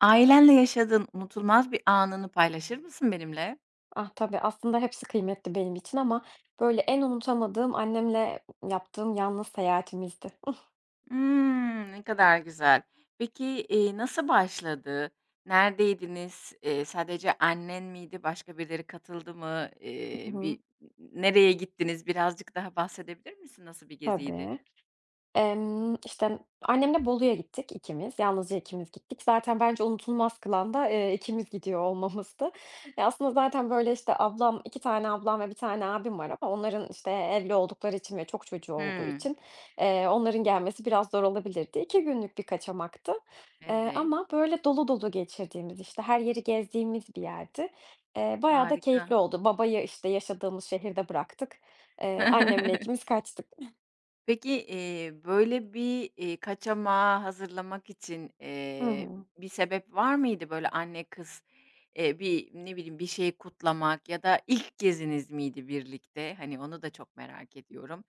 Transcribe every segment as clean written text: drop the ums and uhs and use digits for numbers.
Ailenle yaşadığın unutulmaz bir anını paylaşır mısın benimle? Ah, tabii, aslında hepsi kıymetli benim için ama, böyle, en unutamadığım annemle yaptığım yalnız seyahatimizdi. Hımm, ne kadar güzel. Peki, nasıl başladı? Neredeydiniz? Sadece annen miydi? Başka birileri katıldı mı? Hı hı. Bir Nereye gittiniz? Birazcık daha bahsedebilir misin? Nasıl bir geziydi? Tabii. İşte, annemle Bolu'ya gittik ikimiz, yalnızca ikimiz gittik. Zaten bence unutulmaz kılan da, ikimiz gidiyor olmamızdı. Ya, aslında zaten, böyle, işte, 2 tane ablam ve bir tane abim var ama onların, işte, evli oldukları için ve çok çocuğu olduğu Hımm, için, onların gelmesi biraz zor olabilirdi. 2 günlük bir kaçamaktı, evet, ama, böyle, dolu dolu geçirdiğimiz, işte, her yeri gezdiğimiz bir yerdi. Bayağı da harika. keyifli oldu. Babayı, işte, yaşadığımız şehirde bıraktık. Annemle ikimiz kaçtık. Peki, böyle bir kaçamağı hazırlamak için, Hı hı. bir sebep var mıydı? Böyle anne kız, bir, ne bileyim, bir şeyi kutlamak ya da ilk geziniz miydi birlikte? Hani, onu da çok merak ediyorum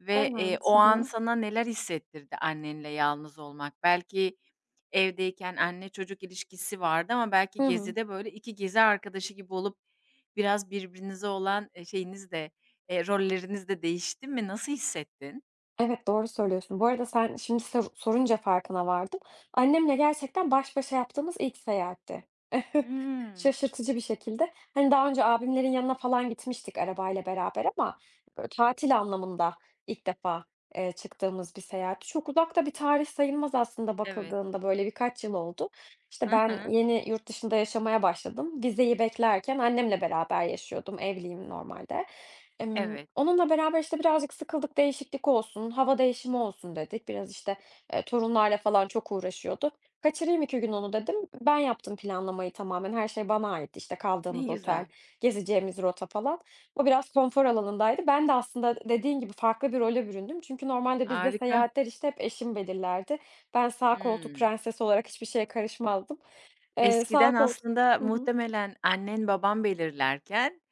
ve, Evet. o Hı an hı. sana neler hissettirdi annenle yalnız olmak? Belki evdeyken anne çocuk ilişkisi vardı ama belki Hı hı. gezide, böyle, 2 gezi arkadaşı gibi olup biraz birbirinize olan, şeyiniz de, rolleriniz de değişti mi? Nasıl hissettin? Evet, doğru söylüyorsun. Bu arada sen şimdi sorunca farkına vardım. Annemle gerçekten baş başa yaptığımız ilk seyahatti. Hımm. Şaşırtıcı bir şekilde. Hani, daha önce abimlerin yanına falan gitmiştik arabayla beraber ama, böyle, tatil anlamında ilk defa, çıktığımız bir seyahatti. Çok uzak da bir tarih sayılmaz aslında Evet. bakıldığında, böyle, birkaç yıl oldu. İşte, Hı ben hı. yeni yurt dışında yaşamaya başladım. Vizeyi beklerken annemle beraber yaşıyordum, evliyim normalde. Emm, Evet. onunla beraber, işte, birazcık sıkıldık, değişiklik olsun, hava değişimi olsun dedik. Biraz, işte, torunlarla falan çok uğraşıyordu. "Kaçırayım 2 gün onu." dedim. Ben yaptım planlamayı tamamen. Her şey bana aitti. İşte, Ne kaldığımız otel, güzel. gezeceğimiz rota falan. O biraz konfor alanındaydı. Ben de aslında dediğin gibi farklı bir role büründüm. Çünkü normalde bizde Harika. seyahatler, işte, hep eşim belirlerdi. Ben sağ koltuk Hımm. prensesi olarak hiçbir şeye karışmazdım. Sağ Eskiden koltuk. aslında Hı hı. muhtemelen annen baban belirlerken,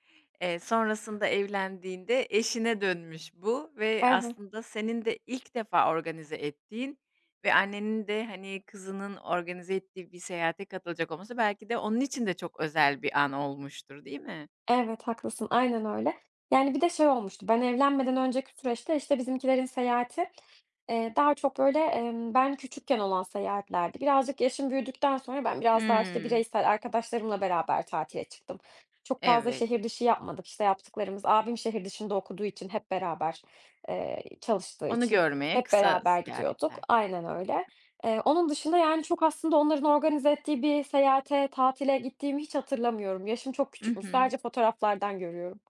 sonrasında evlendiğinde eşine dönmüş bu ve Evet. aslında senin de ilk defa organize ettiğin ve annenin de, hani, kızının organize ettiği bir seyahate katılacak olması belki de onun için de çok özel bir an olmuştur, değil mi? Evet, haklısın. Aynen öyle. Yani, bir de şey olmuştu, ben evlenmeden önceki süreçte, işte, bizimkilerin seyahati, daha çok, böyle, ben küçükken olan seyahatlerdi. Birazcık yaşım büyüdükten sonra ben biraz daha, işte, Hımm. bireysel arkadaşlarımla beraber tatile çıktım. Çok fazla Evet. şehir dışı yapmadık. İşte, yaptıklarımız abim şehir dışında okuduğu için hep beraber, çalıştığı Onu için görmeye hep kısa beraber gidiyorduk. ziyaretler. Aynen öyle. Onun dışında, yani, çok aslında onların organize ettiği bir seyahate, tatile gittiğimi hiç hatırlamıyorum. Yaşım çok Hı küçükmüş. hı. Sadece fotoğraflardan görüyorum.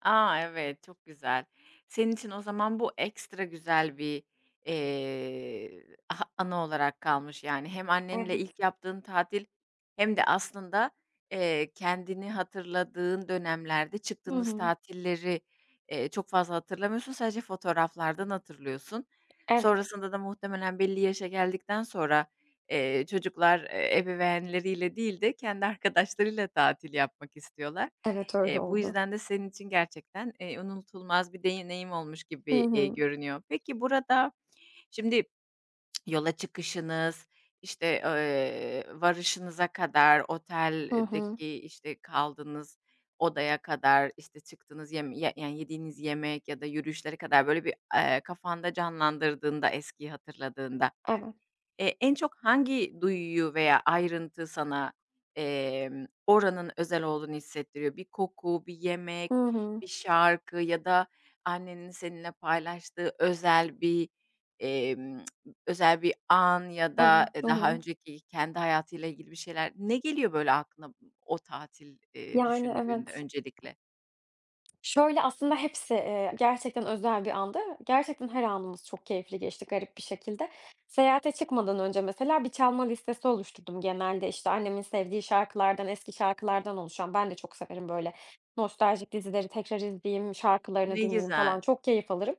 A, evet, çok güzel. Senin için o zaman bu ekstra güzel bir, eee, aha anı olarak kalmış. Yani hem annenle ilk Evet. yaptığın tatil hem de aslında, kendini hatırladığın dönemlerde Hı çıktığınız hı. tatilleri, çok fazla hatırlamıyorsun, sadece fotoğraflardan hatırlıyorsun. Evet. Sonrasında da muhtemelen belli yaşa geldikten sonra, çocuklar, ebeveynleriyle değil de kendi arkadaşlarıyla tatil yapmak istiyorlar. Evet, öyle Bu oldu. yüzden de senin için gerçekten, unutulmaz bir deneyim olmuş Hı gibi, hı. görünüyor. Peki burada şimdi yola çıkışınız, işte, varışınıza kadar, Hı hı. oteldeki, işte, kaldığınız odaya kadar, işte, çıktığınız yeme ya yani yediğiniz yemek ya da yürüyüşlere kadar böyle bir, kafanda canlandırdığında, eskiyi hatırladığında Evet. En çok hangi duyuyu veya ayrıntı sana, oranın özel olduğunu hissettiriyor? Bir koku, bir yemek, Hı hı. bir şarkı ya da annenin seninle paylaştığı emm, özel bir an ya da, Evet. Hı daha hı. önceki kendi hayatıyla ilgili bir şeyler. Ne geliyor böyle aklına o tatil, Yani, düşündüğünde evet. öncelikle? Şöyle, aslında hepsi, gerçekten özel bir andı. Gerçekten her anımız çok keyifli geçti garip bir şekilde. Seyahate çıkmadan önce mesela bir çalma listesi oluşturdum. Genelde, İşte annemin sevdiği şarkılardan, eski şarkılardan oluşan. Ben de çok severim böyle nostaljik dizileri tekrar izleyeyim, şarkılarını Ne dinleyeyim falan. güzel. Çok keyif alırım.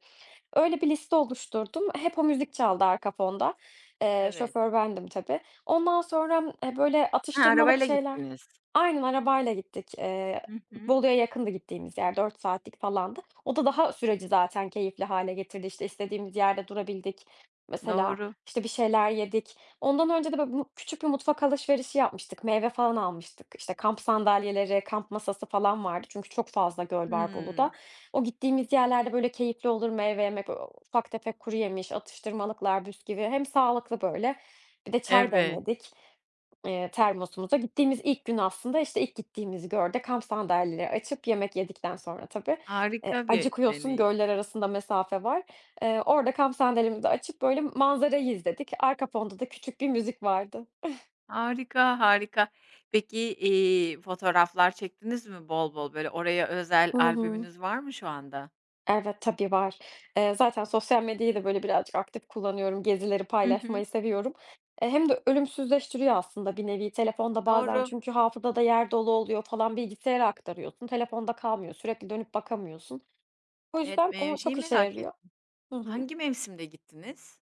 Öyle bir liste oluşturdum. Hep o müzik çaldı arka fonda. Eee, Evet. şoför bendim tabii. Ondan sonra, böyle Ha, atıştırmalık arabayla şeyler. gittiniz. Aynen, arabayla gittik. Hı hı. Bolu'ya yakındı gittiğimiz yer, 4 saatlik falandı. O da daha süreci zaten keyifli hale getirdi. İşte, istediğimiz yerde durabildik. Mesela, Doğru. işte, bir şeyler yedik. Ondan önce de böyle küçük bir mutfak alışverişi yapmıştık. Meyve falan almıştık. İşte, kamp sandalyeleri, kamp masası falan vardı çünkü çok fazla göl var Bolu'da. Hımm. O gittiğimiz yerlerde, böyle, keyifli olur meyve yemek, böyle, ufak tefek kuruyemiş, atıştırmalıklar, bisküvi hem sağlıklı, böyle, bir de çay Evet. demledik, termosumuza. Gittiğimiz ilk gün aslında, işte, ilk gittiğimiz gölde kamp sandalyeleri açıp yemek yedikten sonra tabii, Harika bir acıkıyorsun, deneyim. göller arasında mesafe var. Orada kamp sandalyemizi açıp, böyle, manzarayı izledik. Arka fonda da küçük bir müzik vardı. Harika, harika. Peki, fotoğraflar çektiniz mi bol bol? Böyle, oraya özel Hı hı. albümünüz var mı şu anda? Evet, tabii var. Zaten sosyal medyayı da böyle birazcık aktif kullanıyorum. Gezileri Hı hı. paylaşmayı seviyorum. E, hem de ölümsüzleştiriyor aslında bir nevi telefonda bazen Doğru. çünkü hafızada yer dolu oluyor falan bilgisayara aktarıyorsun. Telefonda kalmıyor. Sürekli dönüp bakamıyorsun. O Evet, yüzden o şeyi çok işe merak yarıyor. ettim. Hı hı. Hangi mevsimde gittiniz?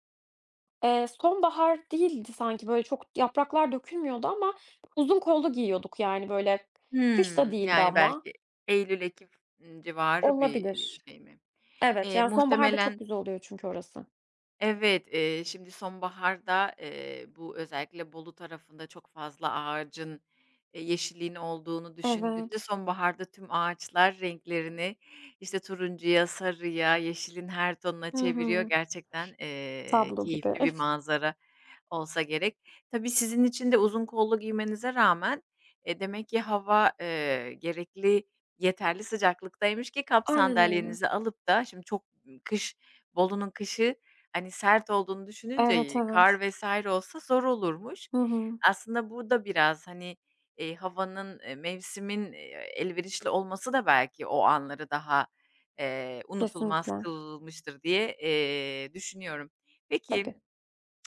Sonbahar değildi sanki böyle çok yapraklar dökülmüyordu ama uzun kollu giyiyorduk yani böyle. Kış da Hımm, değildi yani ama. belki eylül, ekim, civarı bir Olabilir. şey mi? Evet, yani sonbaharda çok Muhtemelen güzel oluyor çünkü orası. Evet, şimdi sonbaharda, bu özellikle Bolu tarafında çok fazla ağacın, yeşilliğin olduğunu düşündüğünde Evet. sonbaharda tüm ağaçlar renklerini, işte, turuncuya, sarıya, yeşilin her tonuna Hı çeviriyor. hı. Gerçekten, Tablo gibi. keyifli bir manzara olsa gerek. Tabii sizin için de uzun kollu giymenize rağmen, demek ki hava, yeterli sıcaklıktaymış ki kamp Aynen öyle. sandalyenizi alıp da şimdi çok kış Bolu'nun kışı hani, sert olduğunu Evet, düşününce, kar evet. vesaire olsa zor olurmuş. Hı hı. Aslında bu da biraz, hani, havanın, mevsimin, elverişli olması da belki o anları daha, unutulmaz Kesinlikle. kılmıştır diye, düşünüyorum. Peki Tabii.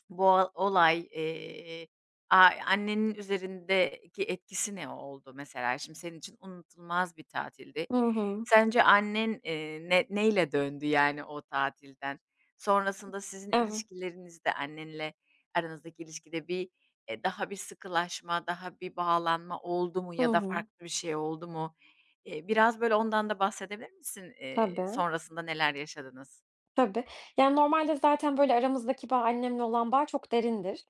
bu olay, a annenin üzerindeki etkisi ne oldu mesela? Şimdi senin için unutulmaz bir tatildi. Hı hı. Sence annen, ne neyle döndü yani o tatilden? Sonrasında sizin Evet. ilişkilerinizde annenle aranızdaki ilişkide bir, daha bir sıkılaşma, daha bir bağlanma oldu mu Hı ya da hı. farklı bir şey oldu mu? Biraz böyle ondan da bahsedebilir misin? Tabii, Sonrasında neler yaşadınız? tabii. Yani, normalde zaten, böyle, aramızdaki bağ annemle olan bağ çok derindir.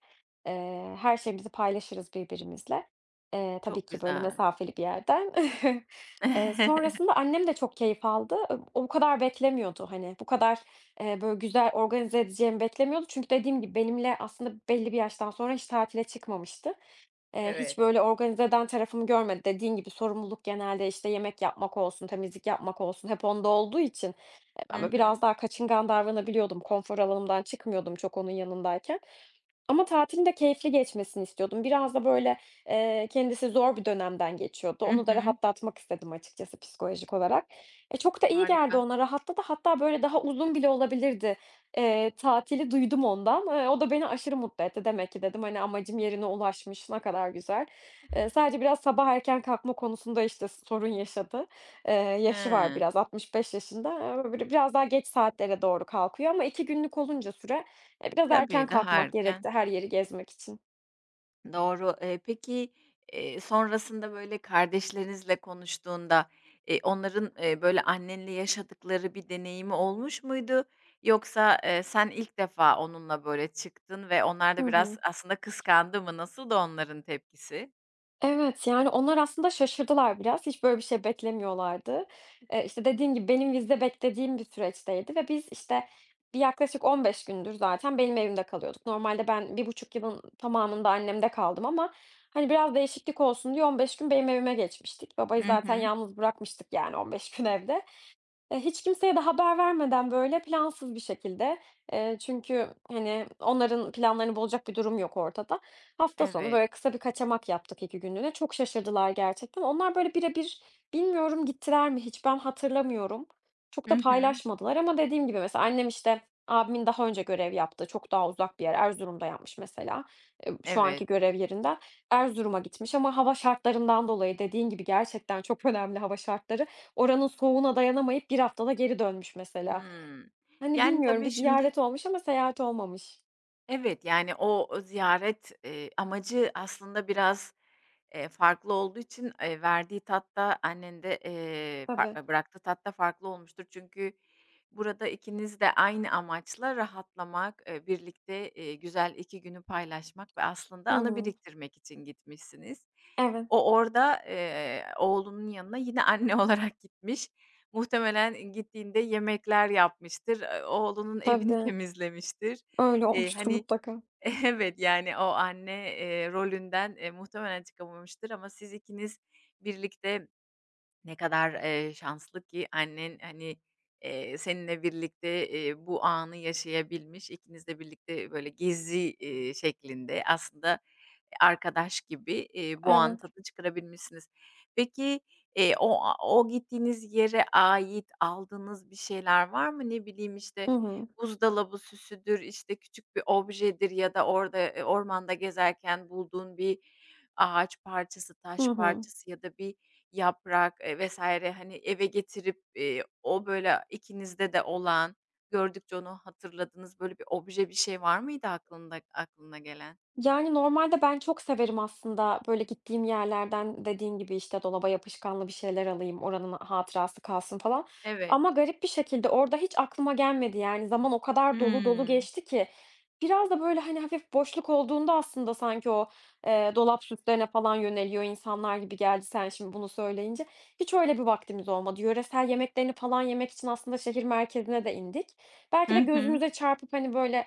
Her şeyimizi paylaşırız birbirimizle. Tabii Çok ki, böyle, güzel. mesafeli bir yerden. Eee, sonrasında annem de çok keyif aldı. O kadar beklemiyordu, hani, bu kadar, böyle, güzel organize edeceğimi beklemiyordu. Çünkü dediğim gibi benimle aslında belli bir yaştan sonra hiç tatile çıkmamıştı. Hiç Evet. böyle organize eden tarafımı görmedi. Dediğin gibi sorumluluk genelde, işte, yemek yapmak olsun, temizlik yapmak olsun hep onda olduğu için, Hı ben böyle hı. biraz daha kaçıngan davranabiliyordum. Konfor alanımdan çıkmıyordum çok onun yanındayken. Ama tatilin de keyifli geçmesini istiyordum. Biraz da böyle, kendisi zor bir dönemden geçiyordu. Hı Onu da hı. rahatlatmak istedim açıkçası psikolojik olarak. E, çok da iyi geldi Harika. ona, rahatladı. Hatta böyle daha uzun bile olabilirdi, tatili duydum ondan. O da beni aşırı mutlu etti. Demek ki dedim, hani, amacım yerine ulaşmış, ne kadar güzel. Sadece biraz sabah erken kalkma konusunda, işte, sorun yaşadı. Yaşı var He. biraz, 65 yaşında. Böyle biraz daha geç saatlere doğru kalkıyor ama 2 günlük olunca süre biraz erken Tabii, daha kalkmak erken. gerekti her yeri gezmek için. Doğru. Peki, sonrasında, böyle, kardeşlerinizle konuştuğunda, onların, böyle, annenle yaşadıkları bir deneyimi olmuş muydu? Yoksa, sen ilk defa onunla, böyle, çıktın ve onlar Hı da biraz hı. aslında kıskandı mı? Nasıldı onların tepkisi? Evet, yani onlar aslında şaşırdılar biraz. Hiç böyle bir şey beklemiyorlardı. İşte, dediğim gibi benim vize beklediğim bir süreçteydi ve biz, işte, yaklaşık 15 gündür zaten benim evimde kalıyorduk. Normalde ben bir buçuk yılın tamamında annemde kaldım ama, hani, biraz değişiklik olsun diye 15 gün benim evime geçmiştik. Hı Babayı zaten hı. yalnız bırakmıştık yani 15 gün evde. Hiç kimseye de haber vermeden, böyle, plansız bir şekilde, çünkü, hani, onların planlarını bozacak bir durum yok ortada. Hafta sonu, Evet. böyle, kısa bir kaçamak yaptık 2 günlüğüne. Çok şaşırdılar gerçekten. Onlar, böyle, bire bir bilmiyorum gittiler mi hiç, ben hatırlamıyorum. Çok Hı da hı. paylaşmadılar ama dediğim gibi mesela annem, işte, abimin daha önce görev yaptığı çok daha uzak bir yer, Erzurum'da yapmış mesela, şu Evet. anki görev yerinde Erzurum'a gitmiş ama hava şartlarından dolayı dediğin gibi gerçekten çok önemli hava şartları. Oranın soğuğuna dayanamayıp bir haftada geri dönmüş mesela. Hımm. Hani, Yani, bilmiyorum, tabii bir şimdi ziyaret olmuş ama seyahat olmamış. Evet, yani, o ziyaret, amacı aslında biraz farklı olduğu için, verdiği tat da annenin de, Tabii. fa bıraktığı tat da farklı olmuştur. Çünkü burada ikiniz de aynı amaçla rahatlamak, birlikte, güzel 2 günü paylaşmak ve aslında Hı anı hı. biriktirmek için gitmişsiniz. Evet. O orada, oğlunun yanına yine anne olarak gitmiş. Muhtemelen gittiğinde yemekler yapmıştır, oğlunun evini Tabii. temizlemiştir. Öyle Eee, olmuştur hani, mutlaka. Evet, yani o anne, rolünden, muhtemelen çıkamamıştır ama siz ikiniz birlikte ne kadar, şanslı ki annen, hani, seninle birlikte, bu anı yaşayabilmiş. İkiniz de birlikte böyle gizli şeklinde aslında arkadaş gibi, bu anın Evet. tadını çıkarabilmişsiniz. Peki, o gittiğiniz yere ait aldığınız bir şeyler var mı? Ne bileyim, işte, Hı hı. buzdolabı süsüdür, işte, küçük bir objedir ya da orada, ormanda gezerken bulduğun bir ağaç parçası, taş Hı hı. parçası ya da bir, yaprak, vs. hani, eve getirip, o böyle ikinizde de olan, gördükçe onu hatırladığınız böyle bir obje, bir şey var mıydı aklına gelen? Yani, normalde ben çok severim aslında, böyle, gittiğim yerlerden dediğin gibi, işte, dolaba yapışkanlı bir şeyler alayım, oranın hatırası kalsın falan Evet. ama garip bir şekilde orada hiç aklıma gelmedi. Yani, zaman o kadar dolu dolu Hımm. geçti ki biraz da, böyle, hani, hafif boşluk olduğunda aslında sanki o, dolap süslerine falan yöneliyor insanlar gibi geldi sen şimdi bunu söyleyince. Hiç öyle bir vaktimiz olmadı. Yöresel yemeklerini falan yemek için aslında şehir merkezine de indik. Belki Hı de hı. gözümüze çarpıp, hani, böyle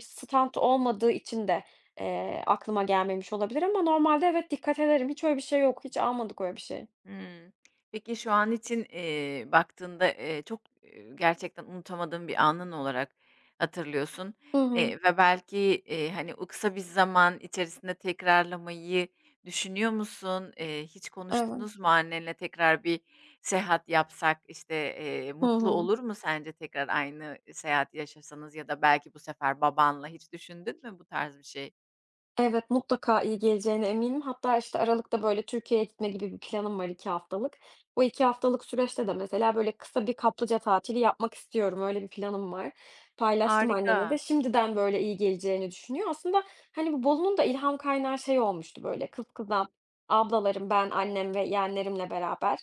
stand olmadığı için de, aklıma gelmemiş olabilir ama normalde evet, dikkat ederim. Hiç öyle bir şey yok. Hiç almadık öyle bir şey. Hımm. Peki şu an için, baktığında, çok, gerçekten unutamadığın bir anın olarak hatırlıyorsun, Hı hı. Ve belki, hani, o kısa bir zaman içerisinde tekrarlamayı düşünüyor musun? Hiç konuştunuz Evet. mu annenle tekrar bir seyahat yapsak, işte, Hı mutlu hı. olur mu sence tekrar aynı seyahati yaşasanız ya da belki bu sefer babanla hiç düşündün mü bu tarz bir şey? Evet, mutlaka iyi geleceğine eminim. Hatta, işte, aralıkta, böyle, Türkiye'ye gitme gibi bir planım var 2 haftalık. Bu 2 haftalık süreçte de mesela, böyle, kısa bir kaplıca tatili yapmak istiyorum. Öyle bir planım var. Paylaştım annemle Harika. de. Şimdiden, böyle, iyi geleceğini düşünüyor. Aslında, hani, bu Bolu'nun da ilham kaynağı şey olmuştu, böyle, kız kıza ablalarım, ben, annem ve yeğenlerimle beraber,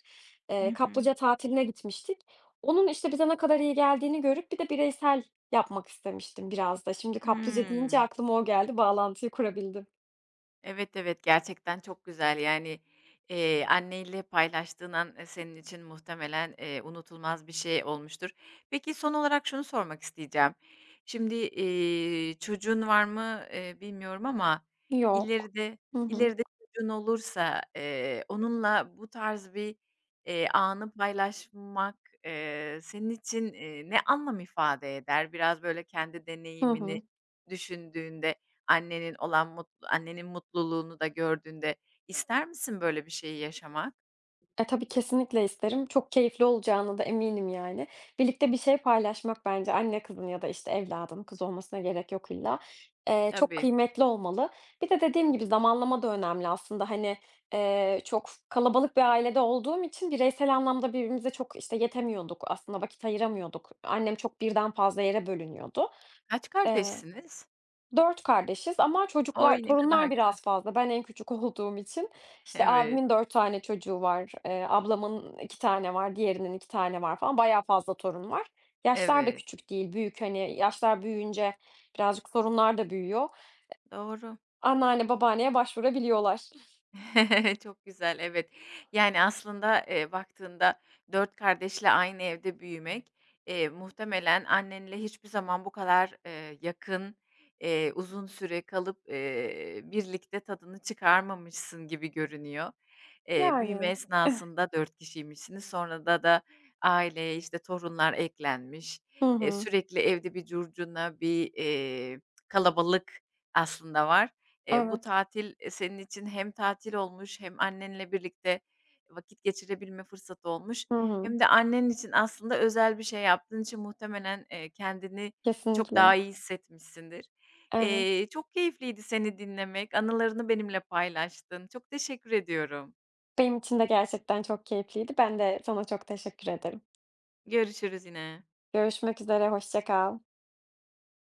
Hı hı. kaplıca tatiline gitmiştik. Onun, işte, bize ne kadar iyi geldiğini görüp bir de bireysel yapmak istemiştim biraz da. Şimdi kaplıca deyince Hıı. aklıma o geldi, bağlantıyı kurabildim. Evet, evet, gerçekten çok güzel. Yani, annenle paylaştığın an, senin için muhtemelen, unutulmaz bir şey olmuştur. Peki, son olarak şunu sormak isteyeceğim. Şimdi, çocuğun var mı, bilmiyorum ama Yok. ileride Hı hı. ileride çocuğun olursa, onunla bu tarz bir, anı paylaşmak, senin için, ne anlam ifade eder? Biraz böyle kendi Hı deneyimini hı. düşündüğünde Annenin mutluluğunu da gördüğünde ister misin böyle bir şeyi yaşamak? E, tabii kesinlikle isterim. Çok keyifli olacağına da eminim yani. Birlikte bir şey paylaşmak bence anne kızın ya da, işte, evladın, kız olmasına gerek yok illa, çok Tabii. kıymetli olmalı. Bir de dediğim gibi zamanlama da önemli aslında. Hani, çok kalabalık bir ailede olduğum için bireysel anlamda birbirimize çok, işte, yetemiyorduk aslında, vakit ayıramıyorduk. Annem çok birden fazla yere bölünüyordu. Kaç Eee, kardeşsiniz? 4 kardeşiz ama çocuklar Oy, ne kadar torunlar güzel. biraz fazla. Ben en küçük olduğum için, işte, Evet, abimin 4 tane çocuğu var, ablamın 2 tane var, diğerinin 2 tane var falan. Bayağı fazla torun var. Yaşlar da evet. küçük değil, büyük. Hani, yaşlar büyüyünce birazcık sorunlar da büyüyor. Doğru. Anneanne, babaanneye başvurabiliyorlar. Çok güzel, evet. Yani, aslında, baktığında 4 kardeşle aynı evde büyümek, muhtemelen annenle hiçbir zaman bu kadar, yakın, uzun süre kalıp, birlikte tadını çıkarmamışsın gibi görünüyor. Büyüme Yani. esnasında 4 kişiymişsiniz. Sonrada da aileye, işte, torunlar eklenmiş. Hı hı. Sürekli evde bir curcuna, bir, kalabalık aslında var. Bu Evet. tatil, senin için hem tatil olmuş hem annenle birlikte vakit geçirebilme fırsatı olmuş Hı hı. hem de annen için aslında özel bir şey yaptığın için muhtemelen, kendini çok daha Kesinlikle. iyi hissetmişsindir. Evet. Çok keyifliydi seni dinlemek, anılarını benimle paylaştın. Çok teşekkür ediyorum. Benim için de gerçekten çok keyifliydi. Ben de sana çok teşekkür ederim. Görüşürüz yine. Görüşmek üzere, hoşça kal.